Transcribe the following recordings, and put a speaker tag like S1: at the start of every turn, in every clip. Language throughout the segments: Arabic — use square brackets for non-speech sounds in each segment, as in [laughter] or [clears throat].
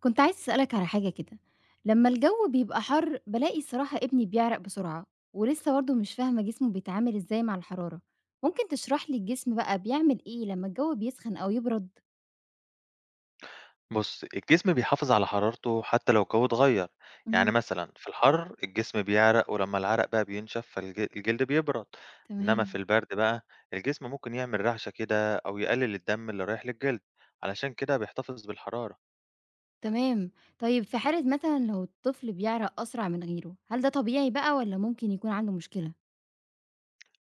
S1: كنت عايزة أسألك على حاجة كده. لما الجو بيبقى حر بلاقي صراحة ابني بيعرق بسرعة، ولسه برضه مش فاهمة جسمه بيتعامل ازاي مع الحرارة. ممكن تشرح لي الجسم بقى بيعمل ايه لما الجو بيسخن أو يبرد؟
S2: بُص، الجسم بيحافظ على حرارته حتى لو الجو اتغيّر، يعني
S1: امم.
S2: مثلًا في الحر الجسم بيعرق ولمّا العرق بقى بينشف فالج الجلد بيبرد، إنّما في
S1: تمام.
S2: البرد بقى الجسم ممكن يعمل رعشة كده أو يقلل الدم اللي رايح للجلد، علشان كده بيحتفظ بالحرارة.
S1: تمام. طيب في حالة مثلا لو الطفل بيعرق أسرع من غيره، هل ده طبيعي بقى ولا ممكن يكون عنده مشكلة؟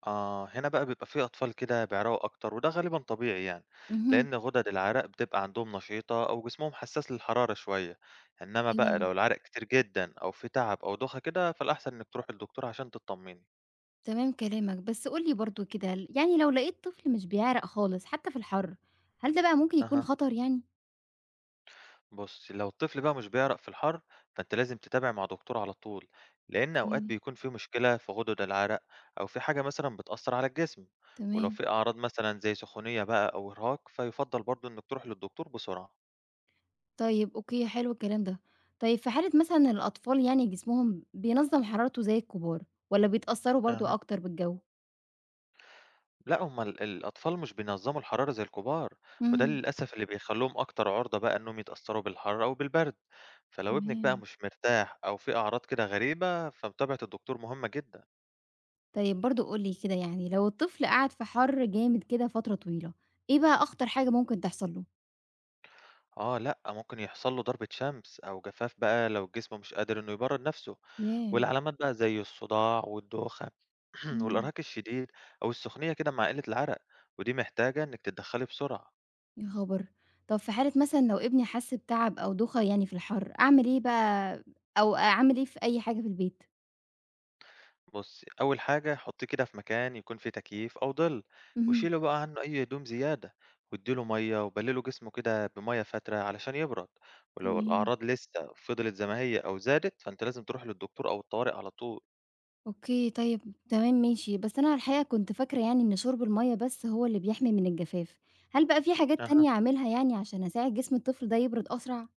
S2: آه، هنا بقى بيبقى في أطفال كده بيعرقوا أكتر وده غالبًا طبيعي يعني،
S1: امم.
S2: لإن غدد العرق بتبقى عندهم نشيطة أو جسمهم حسّاس للحرارة شوية، إنّما بقى لو العرق كتير جدًا أو في تعب أو دوخة كده فالأحسن إنّك تروح للدكتور عشان تطمني.
S1: تمام كلامك. بس قولي برضو كده، يعني لو لقيت طفل مش بيعرق خالص حتى في الحر، هل ده بقى ممكن يكون
S2: أها.
S1: خطر يعني؟
S2: بُصّي، لو الطفل بقى مش بيعرق في الحر، فأنتِ لازم تتابعي مع دكتور على طول، لأن
S1: اوكي.
S2: أوقات بيكون في مشكلة في غدد العرق أو في حاجة مثلًا بتأثّر على الجسم، ولو
S1: تمام.
S2: في أعراض مثلًا زي سخونية بقى أو إرهاق، فيُفضّل برضه إنِّك تروحي للدكتور بسرعة.
S1: طيب أوكي، حلو الكلام ده. طيب في حالة مثلًا، إن الأطفال يعني جسمهم بينظّم حرارته زي الكبار، والّا بيتأثّروا برضه
S2: أها.
S1: أكتر بالجو؟
S2: لأ، هم الأطفال مش بينظّموا الحرارة زي الكبار، وده
S1: إمم،
S2: للأسف اللي بيخلّيهم أكتر عُرضة بقى إنّهم يتأثّروا بالحر أو بالبرد، فلو ابنِك بقى
S1: تمام.
S2: مش مرتاح أو في أعراض كده غريبة، فمتابعة الدكتور مهمة جدًا.
S1: طيب برضه قُل لي كده، يعني لو الطفل قعد في حَر جامد كده فترة طويلة، إيه بقى أخطر حاجة ممكن تحصل له؟
S2: آه لأ، ممكن يحصل له ضربة شمس أو جفاف بقى لو الجسم مش قادر إنه يبرد نفسه.
S1: ياه!
S2: والعلامات بقى زي الصداع والدوخة [clears throat]
S1: إمم.
S2: والإرهاق الشديد أو السخونية كده مع قلة العرق، ودي محتاجة إنِك تتدخلي بسرعة.
S1: يا خبر! طب في حالة مثلًا لو ابني حَس بتعب أو دوخة يعني في الحَر، أعمل إيه بقى، أو أعمل إيه في أي حاجة في البيت؟
S2: بُصي، أول حاجة حطيه كده في مكان يكون فيه تكييف أو ظل،
S1: اهم،
S2: وشيلي بقى عنه أي هدوم زيادة، وادي له مَيّة وبللوا جسمه كده بمَيّة فاترة علشان يبرد، ولو
S1: تمام.
S2: الأعراض لسه فضلت زي ما هي أو زادت، فأنتِ لازم تروحي للدكتور أو الطوارئ على طول.
S1: أوكي، طيب. تمام ماشي، بس أنا الحقيقة كنت فاكرة يعني إن شُرب المَيّة بس هو اللي بيحمي من الجفاف، هل بقى في حاجات
S2: أها.
S1: تانية أعملها يعني عشان أساعد جسم الطفل ده يبرد أسرع؟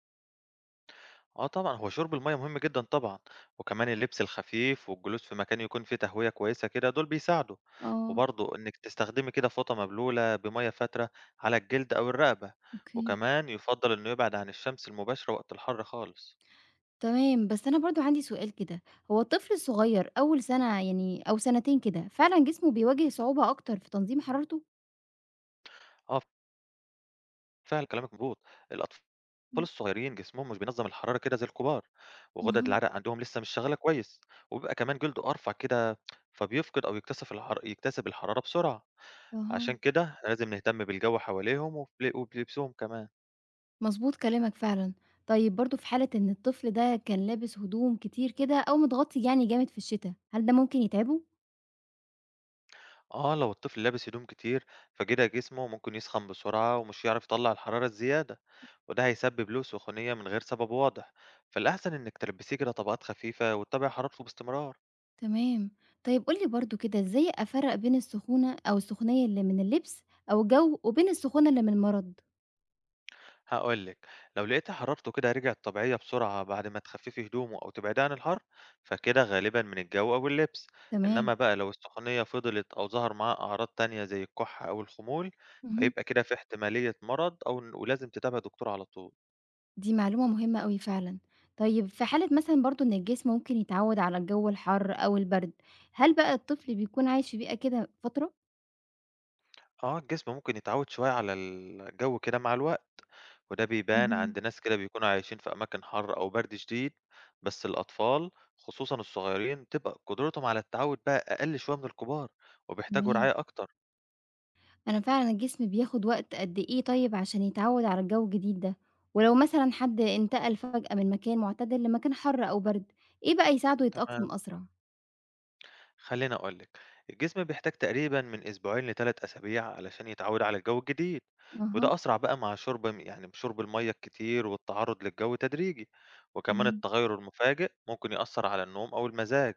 S2: آه طبعًا، هو شرب المَيّة مهم جدًا طبعًا، وكمان اللبس الخفيف والجلوس في مكان يكون فيه تهوية كويسة كده دول بيساعدوا،
S1: آه،
S2: وبرضه إنِّك تستخدمي كده فوطة مبلولة بمَيّة فاترة على الجلد أو الرقبة،
S1: أوكي،
S2: وكمان يُفضّل إنه يبعد عن الشمس المباشرة وقت الحر خالص.
S1: تمام، بس أنا برضه عندي سؤال كده، هو الطفل الصغير أول سَنة يعني أو سَنتين كده فعلًا جسمه بيواجه صعوبة أكتر في تنظيم حرارته؟
S2: آه فعلًا كلامِك مضبوط، الأطفال
S1: إمم،
S2: الصغيرين جسمهم مش بينظّم الحرارة كده زي الكبار، وغدد
S1: أها،
S2: العرق عندهم لسه مش شغالة كويس، وبيبقى كمان جلده أرفع كده فبيفقد أو يكتسف الحر يكتسب الحرارة بسرعة. عشان
S1: أها،
S2: كده إحنا لازم نهتم بالجو حواليهم وبلبسهم كمان.
S1: مضبوط كلامك فعلًا. طيب برضه في حالة إن الطفل ده كان لابس هدوم كتير كده أو متغطي يعني جامد في الشتا، هل ده ممكن يتعبه؟
S2: اه لو الطفل لابس هدوم كتير فكده جسمه ممكن يسخن بسرعة ومش يعرف يطلع الحرارة الزيادة وده هيسبب له سخونية من غير سبب واضح فالأحسن إنك تلبسيه كده طبقات خفيفة وتتابع حرارته باستمرار.
S1: تمام. طيب قُل لي برضه كده، إزاي أفرّق بين السخونة أو السخونية اللي من اللبس أو الجو، وبين السخونة اللي من المرض؟
S2: هاقول لِك، لو لقيتي حرارته كده رجعت طبيعية بسرعة بعد ما تخففي هدومه أو تبعديه عن الحر، فكده غالبًا من الجو أو اللبس،
S1: تمام.
S2: إنما بقى لو السخونية فضلت أو ظهر معاها أعراض تانية زي الكحة أو الخمول،
S1: اهم.
S2: فيبقى كده في احتمالية مرض أو ن ولازم تتابع دكتور على طول.
S1: دي معلومة مهمة أوي فعلًا. طيب في حالة مثلًا برضه إن الجسم ممكن يتعوّد على الجو الحَر أو البرد، هل بقى الطفل بيكون عايش في بيئة كده فترة؟
S2: آه، الجسم ممكن يتعود شوية على الجو كده مع الوقت، وده بيبان
S1: اهم،
S2: عند ناس كده بيكونوا عايشين في أماكن حر أو برد شديد، بس الأطفال خصوصًا الصغيرين بتبقى قدرتهم على التعود بقى أقل شوية من الكبار، وبيحتاجوا
S1: تمام.
S2: رعاية أكتر.
S1: أنا فعلًا الجسم بياخد وقت قد إيه طيب عشان يتعوّد على الجو الجديد ده؟ ولو مثلًا حد انتقل فجأة من مكان معتدل لمكان حَر أو برد، إيه بقى يساعده
S2: تمام،
S1: يتأقلم أسرع؟
S2: خليني أقول لك، الجسم بيحتاج تقريبا من أسبوعين لثلاث أسابيع علشان يتعود على الجو الجديد،
S1: أها،
S2: وده أسرع بقى مع شرب المية الكتير والتعرض للجو تدريجي، وكمان
S1: تمام.
S2: التغير المفاجئ ممكن يأثر على النوم أو المزاج.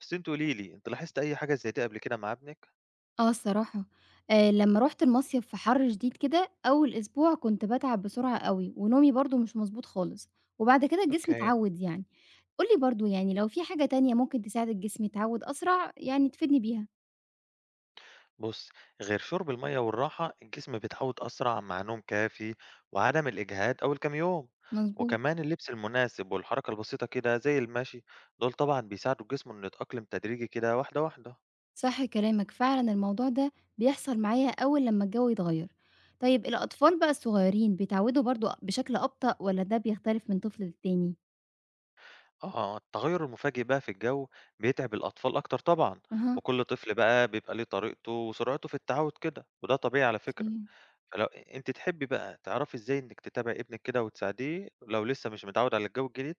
S2: بس انت قوليلي، انت لاحظت أي حاجة زي دي قبل كده مع ابنك؟
S1: آه الصراحة، لمّا رُحت المصيف في حَر شديد كده، أول أسبوع كنت باتعب بسرعة أوي، ونومي برضه مش مضبوط خالص، وبعد كده الجسم
S2: اوكي،
S1: اتعوّد يعني. قُل لي برضه، يعني لو في حاجة تانية ممكن تساعد الجسم يتعوّد أسرع، يعني تفيدني بيها.
S2: بُص، غير شرب المَيّة والراحة، الجسم بيتعوّد أسرع مع نوم كافي وعدم الإجهاد أول كام يوم،
S1: مضبوط،
S2: وكمان اللبس المناسب والحركة البسيطة كده زي المشي، دول طبعًا بيساعدوا الجسم إنه يتأقلم تدريجي كده واحدة، واحدة.
S1: صح كلامك، فعلًا الموضوع ده بيحصل معايا أول لمّا الجو يتغيّر. طيب الأطفال بقى الصغيرين بيتعوّدوا برضه بشكل أبطأ، والّا ده بيختلف من طفل للتاني؟
S2: آه، التغيُّر المفاجئ بقى في الجو بيتعب الأطفال أكتر طبعًا،
S1: أها،
S2: وكل طفل بقى بيبقى ليه طريقته وسرعته في التعوُّد كده، وده طبيعي على فكرة.
S1: أوكي.
S2: فلو أنتِ تحبّي بقى تعرفي إزاي إنِّك تتابعي ابنِك كده وتساعديه لو لسه مش متعوّد على الجو الجديد؟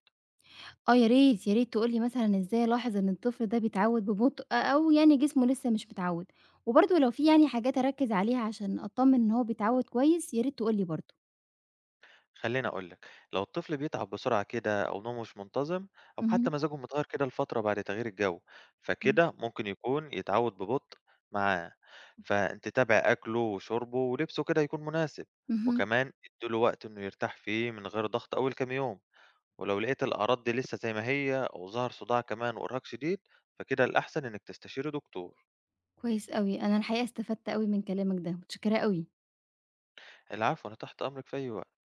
S1: آه، يا ريت، يا ريت تقول لي مثلًا إزاي ألاحظ إن الطفل ده بيتعود ببطء أو يعني جسمه لسه مش متعود، وبرضه لو في يعني حاجات أركّز عليها عشان أتطمن إن هو بيتعود كويس، يا ريت تقول لي برضه.
S2: خليني أقول لك، لو الطفل بيتعب بسرعة كده أو نومه مش منتظم أو حتى
S1: اهم،
S2: مزاجه متغير كده لفترة بعد تغيير الجو،
S1: إمم،
S2: فكده ممكن يكون يتعود ببطء معاه، فأنت تابع أكله وشربه ولبسه كده يكون مناسب،
S1: اهم،
S2: وكمان اديله وقت إنه يرتاح فيه من غير ضغط أول كام يوم، ولو لقيت الأعراض دي لسه زي ما هي أو ظهر صداع كمان وإرهاق شديد، فكده الأحسن إنك تستشير دكتور.
S1: كويس أوي. أنا الحقيقة استفدت أوي من كلامك ده، متشكرة أوي.
S2: العفو، أنا تحت أمرك في أي وقت.